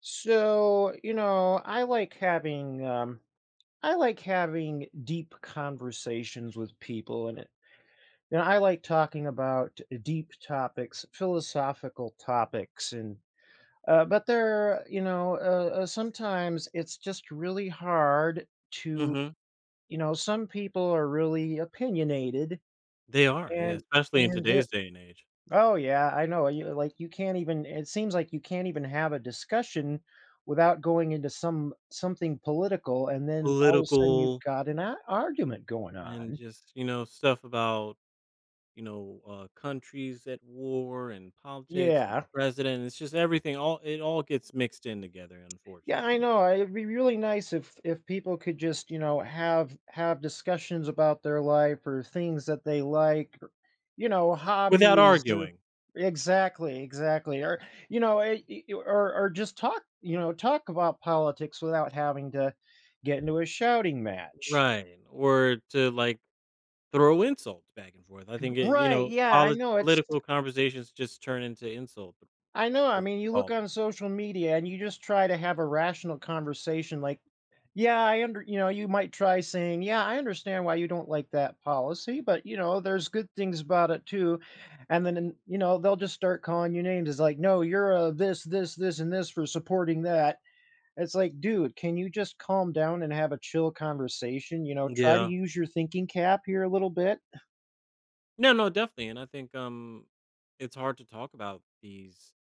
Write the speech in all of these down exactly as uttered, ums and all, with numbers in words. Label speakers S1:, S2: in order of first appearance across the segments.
S1: So, you know, I like having um I like having deep conversations with people and it you know, I like talking about deep topics, philosophical topics and uh, but there, you know, uh, uh, sometimes it's just really hard to,
S2: Mhm.
S1: you know, some people are really opinionated
S2: They are, yeah,
S1: and
S2: especially in
S1: and uh,
S2: today's day and age.
S1: Oh yeah, I know. You like you can't even it seems like you can't even have a discussion without going into some something political and then all of a sudden you've
S2: Political
S1: got an a argument going
S2: and
S1: on.
S2: just, you know, stuff about, you know, uh, countries at war and politics and
S1: Yeah.
S2: president. It's just everything all it all gets mixed in together,
S1: Yeah,
S2: unfortunately,
S1: I know. I It'd be really nice if if people could just, you know, have have discussions about their life or things that they like, or, you know,
S2: without
S1: hobbies. Or,
S2: arguing.
S1: exactly, exactly. Or you know, eh, eh, eh, or or just talk, you know, talk about politics without having to get into a shouting match.
S2: Right. Or to, like, throw insults back and forth. I think it you
S1: Right.
S2: know,
S1: Yeah, I
S2: poli
S1: know. It's
S2: political conversations just turn into insult
S1: I know, I
S2: get
S1: mean, you look
S2: falling.
S1: on social media and you just try to have a rational conversation like, yeah, I under you know, you might try saying, yeah, I understand why you don't like that policy, but you know, there's good things about it too. And then, you know, they'll just start calling you names. It's like, no, you're a this, this, this, and this for supporting that. It's like, dude, can you just calm down and have a chill conversation? You know, try to
S2: Yeah.
S1: use your thinking cap here a little bit.
S2: No, no, definitely, and I think, um, it's hard to talk about these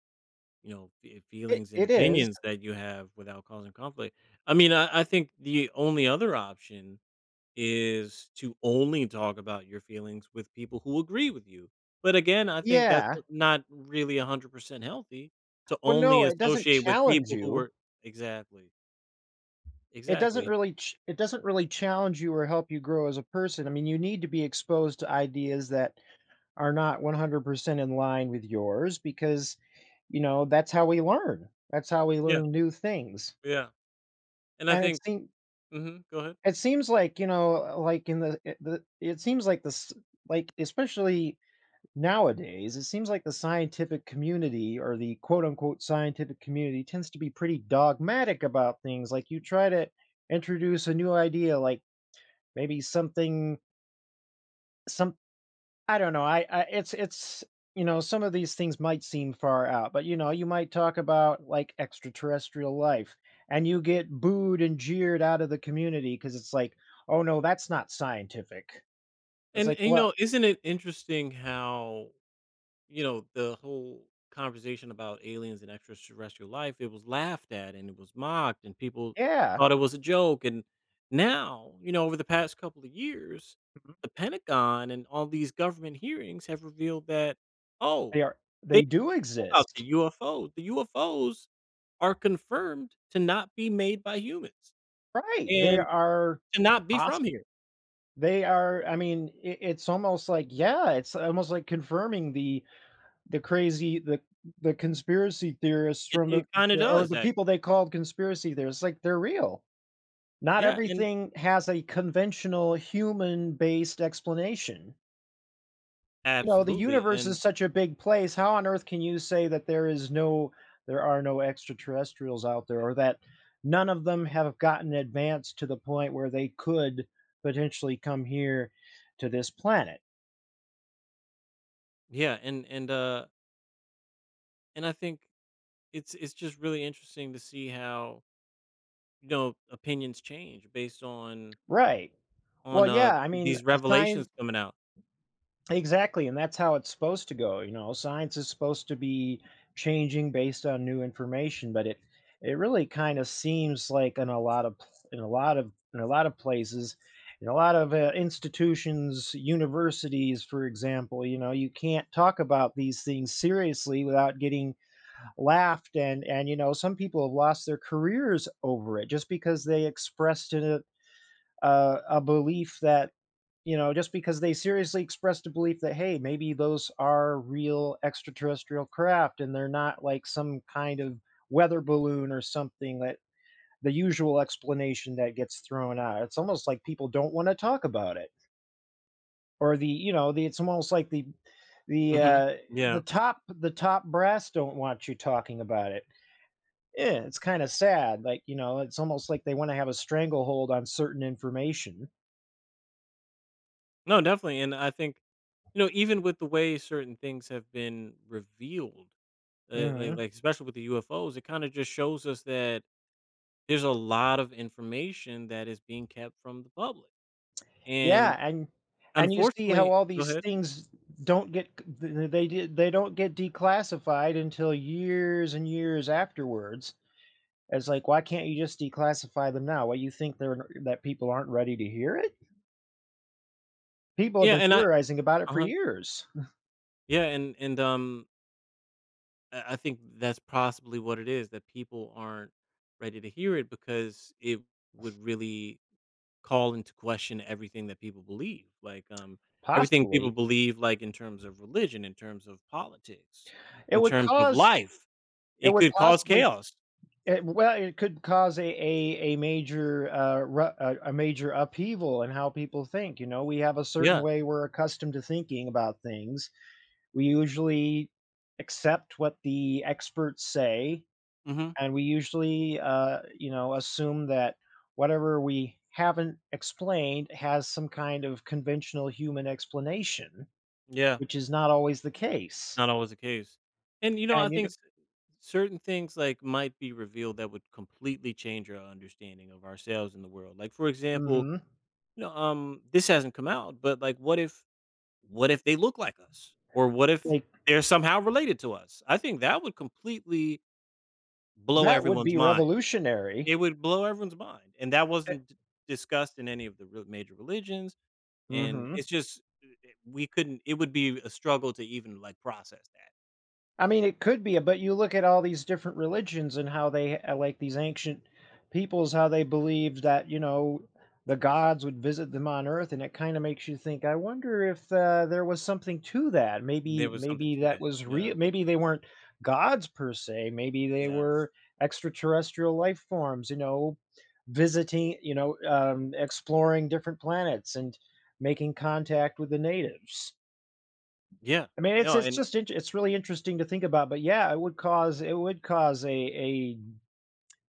S2: you know, fe eh,
S1: It,
S2: feelings and
S1: it is.
S2: opinions that you have without causing conflict. I mean, I I think the only other option is to only talk about your feelings with people who agree with you. But again, I think that's
S1: Yeah.
S2: not really one hundred percent healthy to
S1: Well,
S2: only
S1: no, it doesn't
S2: associate with
S1: challenge
S2: people who
S1: you.
S2: were. Exactly,
S1: It doesn't
S2: exactly.
S1: really ch it doesn't really challenge you or help you grow as a person. I mean, you need to be exposed to ideas that are not one hundred percent in line with yours because, you know, that's how we learn. That's how we
S2: Yeah,
S1: learn new things.
S2: yeah, and I
S1: And it
S2: think.
S1: seems,
S2: Mhm, go ahead.
S1: it seems like, you know, like in the it the it seems like this like especially nowadays, it seems like the scientific community or the quote unquote scientific community tends to be pretty dogmatic about things. Like you try to introduce a new idea like Maybe something some I don't know, I I it's it's you know, some of these things might seem far out, but, you know, you might talk about, like, extraterrestrial life, and you get booed and jeered out of the community because it's like, "Oh, no, that's not scientific." It's
S2: And
S1: like,
S2: and, you
S1: "Well."
S2: know, isn't it interesting how, you know, the whole conversation about aliens and extraterrestrial life, it was laughed at and it was mocked and people
S1: Yeah.
S2: thought it was a joke. And now, you know, over the past couple of years,
S1: Mhm.
S2: the Pentagon and all these government hearings have revealed that,
S1: They
S2: oh,
S1: are
S2: they
S1: they do
S2: know about the
S1: exist.
S2: U F O. The U F Os are confirmed to not be made by humans
S1: Right, they
S2: and
S1: are
S2: to not be from
S1: possible.
S2: here.
S1: They are I mean, I it's almost like yeah, it's almost like confirming the the crazy the the conspiracy theorists
S2: It,
S1: from
S2: it
S1: the
S2: kind of
S1: or
S2: does,
S1: the
S2: actually.
S1: people they called conspiracy theorists, like, they're real. Not
S2: Yeah, and
S1: everything has a conventional human-based explanation. You know, the
S2: absolutely,
S1: universe
S2: and
S1: is such a big place, how on earth can you say that there is no there are no extraterrestrials out there or that none of them have gotten advanced to the point where they could potentially come here to this planet?
S2: yeah, and and uh, and I think it's it's just really interesting to see how, you know, opinions change based on
S1: Right. Well,
S2: on, uh,
S1: yeah, I mean,
S2: these
S1: a
S2: revelations
S1: science
S2: coming out.
S1: exactly, and that's how it's supposed to go, you know, science is supposed to be changing based on new information, but it it really kinda seems like in a lot of pl in a lot of in a lot of places, in a lot of, uh, institutions, universities, for example, you know, you can't talk about these things seriously without getting laughed and and, you know, some people have lost their careers over it just because they expressed in a, uh, a belief that you know, just because they seriously expressed a belief that, hey, maybe those are real extraterrestrial craft and they're not like some kind of weather balloon or something that the usual explanation that gets thrown out. It's almost like people don't want to talk about it. Or the, you know, the It's almost like the the
S2: Mhm.
S1: uh the
S2: Yeah.
S1: top the top brass don't want you talking about it. Yeah, it's kind of sad. Like, you know, it's almost like they want to have a stranglehold on certain information.
S2: No, definitely, and I think, you know, even with the way certain things have been revealed, uh, like
S1: Mhm.
S2: like, especially with the U F Os, it kinda just shows us that there's a lot of information that is being kept from the public, and
S1: Yeah, and and you see how
S2: unfortunately,
S1: all
S2: go
S1: these
S2: ahead.
S1: things don't get c th they d they don't get declassified until years and years afterwards. It's like, "Why can't you just declassify them now?" Why you think they're n that people aren't ready to hear it? People have
S2: Yeah,
S1: been
S2: and I
S1: theorizing about it for
S2: uh
S1: years,
S2: Yeah, and and, um, I I think that's possibly what it is, that people aren't ready to hear it because it would really call into question everything that people believe, like um, everything people
S1: possibly.
S2: believe, like in terms of religion, in terms of politics,
S1: It
S2: in
S1: would
S2: terms of
S1: cause
S2: life.
S1: it
S2: It
S1: would
S2: could cause
S1: Possibly
S2: chaos.
S1: it well, it could cause a a a major, uh, ru a a major upheaval in how people think, you know? We have a certain
S2: Yeah.
S1: way we're accustomed to thinking about things. We usually accept what the experts say,
S2: Hmm.
S1: and we usually, uh, you know, assume that whatever we haven't explained has some kind of conventional human explanation,
S2: Yeah.
S1: which is not always the case.
S2: Not always the case. And you know, I
S1: And you know,
S2: think s- certain things like might be revealed that would completely change our understanding of ourselves in the world. Like, for example,
S1: mhm,
S2: you know, um, this hasn't come out, but like, what if. What if they look like us? Or what if
S1: like
S2: they're somehow related to us? I think that would completely blow
S1: that would
S2: everyone's
S1: be
S2: mind.
S1: revolutionary.
S2: It would blow everyone's mind, and that
S1: Eh,
S2: wasn't d discussed in any of the real major religions, and
S1: mhm.
S2: it's just, eh eh we couldn't it would be a struggle to even, like, process that, I
S1: I
S2: think.
S1: mean, it could be, but you look at all these different religions and how they uh, like these ancient peoples, how they believed that you know the gods would visit them on Earth, and it kind of makes you think. I wonder if uh, there was something to that.
S2: There
S1: Maybe,
S2: was something
S1: maybe
S2: to
S1: that
S2: that.
S1: was
S2: Yeah,
S1: real. Maybe they weren't gods per se. Maybe they
S2: yeah.
S1: were extraterrestrial life forms. You know, visiting. You know, um, exploring different planets and making contact with the natives.
S2: Yeah.
S1: I mean, it's
S2: No,
S1: it's
S2: and
S1: just int it's really interesting to think about, but yeah, it would cause it would cause a a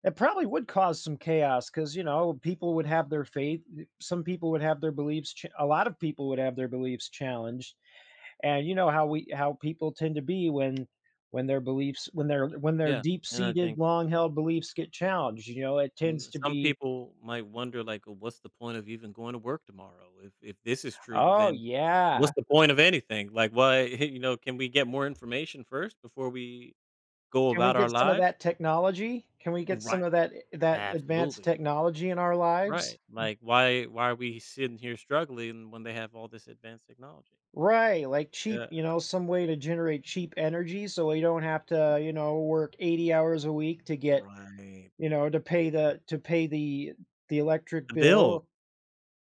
S1: it probably would cause some chaos because you know, people would have their faith some people would have their beliefs ch a lot of people would have their beliefs challenged, and you know how we how people tend to be when when their beliefs when their when their
S2: yeah, and I
S1: deep-seated,
S2: think.
S1: long-held beliefs get challenged, you know, it
S2: Mm,
S1: tends to
S2: some
S1: be,
S2: people might wonder, like, "Oh, what's the point of even going to work tomorrow? If if this is true,
S1: "Oh,
S2: then what's
S1: yeah.
S2: the point of anything? Like, why, you know, can we get more information first before we go
S1: Can we
S2: about our
S1: get some of
S2: lives?"
S1: that technology? Can we get some
S2: Right.
S1: of that that advanced
S2: Absolutely.
S1: technology in our lives?"
S2: Right. Like, why why are we sitting here struggling when they have all this advanced technology?
S1: Right, like cheap,
S2: Yeah.
S1: you know, some way to generate cheap energy so we don't have to, you know, work eighty hours a week to get,
S2: Right.
S1: you know, to pay the to pay the the electric
S2: The bill,
S1: bill.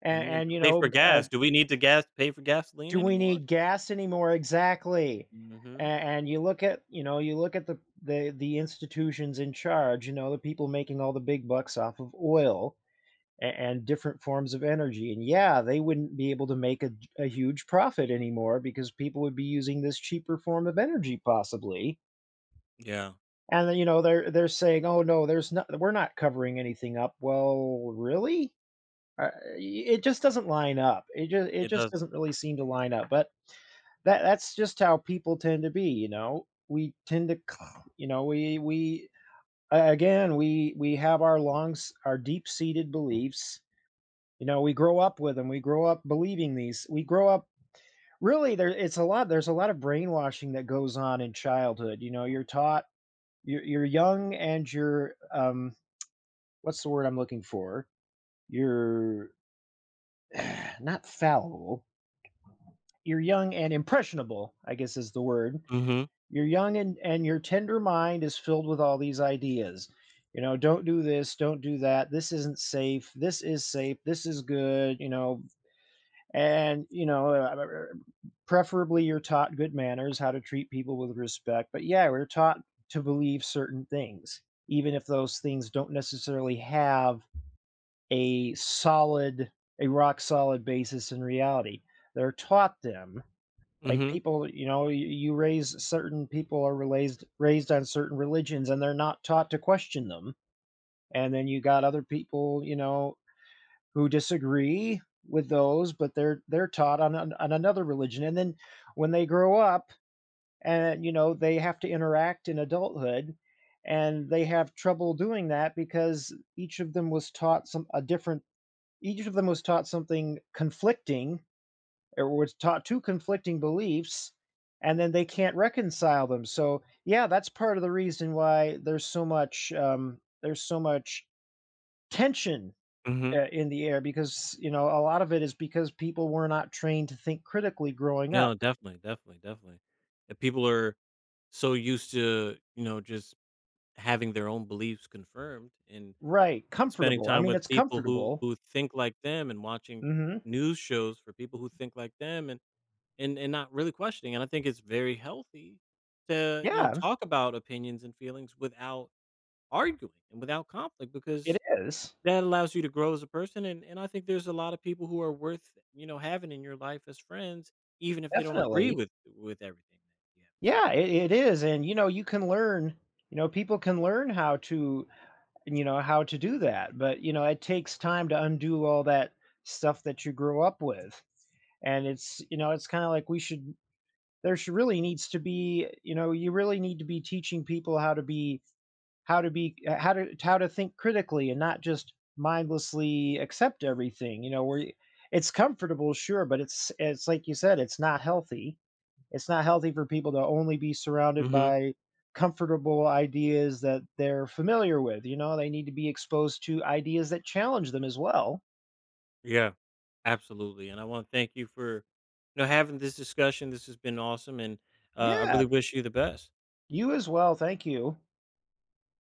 S1: And,
S2: and you know,
S1: and
S2: to
S1: you
S2: pay for
S1: know, uh,
S2: gas. Do we need to gas pay for gasoline
S1: do we
S2: anymore?
S1: need gas anymore? Exactly.
S2: Mhm.
S1: And, and you look at, you know, you look at the the the institutions in charge, you know, the people making all the big bucks off of oil a- and different forms of energy. And yeah, they wouldn't be able to make a a huge profit anymore because people would be using this cheaper form of energy possibly.
S2: Yeah.
S1: And then, you know they're they're saying, "Oh no, there's not we're not covering anything up." Well, really? Uh, it just doesn't line up. It just it
S2: It
S1: just
S2: doesn't.
S1: doesn't really seem to line up. But that that's just how people tend to be, you know. We tend to c- you know, we we a- again, we we have our longs, our deep-seated beliefs you know, we grow up with them. We grow up believing these. We grow up really there it's a lot there's a lot of brainwashing that goes on in childhood. You know, you're taught you're, you're young and you're um what's the word I'm looking for? You're not fallible. You're young and impressionable, I guess is the word.
S2: Mhm.
S1: You're young and and your tender mind is filled with all these ideas. You know, don't do this, don't do that. This isn't safe. This is safe. This is good. You know, and you know uh, preferably you're taught good manners how to treat people with respect but yeah we're taught to believe certain things even if those things don't necessarily have a solid a rock solid basis in reality they're taught them like
S2: Mhm.
S1: people you know you, you raise certain people are raised raised on certain religions and they're not taught to question them and then you got other people you know who disagree with those, but they're they're taught on an- on another religion, and then when they grow up, and you know they have to interact in adulthood, and they have trouble doing that because each of them was taught some a different each of them was taught something conflicting or was taught two conflicting beliefs and then they can't reconcile them so yeah that's part of the reason why there's so much um, there's so much tension
S2: Mhm.
S1: uh, in the air because, you know, a lot of it is because people were not trained to think critically growing
S2: No,
S1: up.
S2: definitely, definitely, definitely. If people are so used to, you know, just having their own beliefs confirmed and
S1: Right,
S2: spending
S1: comfortable. I
S2: time
S1: mean,
S2: with
S1: it's
S2: people who,
S1: comfortable.
S2: who think like them and watching
S1: Mhm.
S2: news shows for people who think like them, and, and and not really questioning. And I think it's very healthy to, you know,
S1: Yeah,
S2: talk about opinions and feelings without arguing and without conflict,
S1: it
S2: because
S1: is.
S2: that allows you to grow as a person, and and I think there's a lot of people who are worth, you know, having in your life as friends, even if they don't agree
S1: Definitely.
S2: with with everything that you have
S1: Yeah, it it is, and, you know, you can learn you know, people can learn how to you know, how to do that, but, you know, it takes time to undo all that stuff that you grew up with, and it's you know, it's kinda like we should there should really needs to be you know, you really need to be teaching people how to be how to be uh, how to how to think critically and not just mindlessly accept everything you know where y- it's comfortable sure but it's it's like you said it's not healthy it's not healthy for people to only be
S2: to say.
S1: surrounded
S2: Mhm.
S1: by comfortable ideas that they're familiar with you know they need to be exposed to ideas that challenge them as well
S2: Yeah. Absolutely, and I wanna thank you for, you know, having this discussion. This has been awesome, and, uh, I
S1: yeah
S2: really wish you the best.
S1: you as well thank you.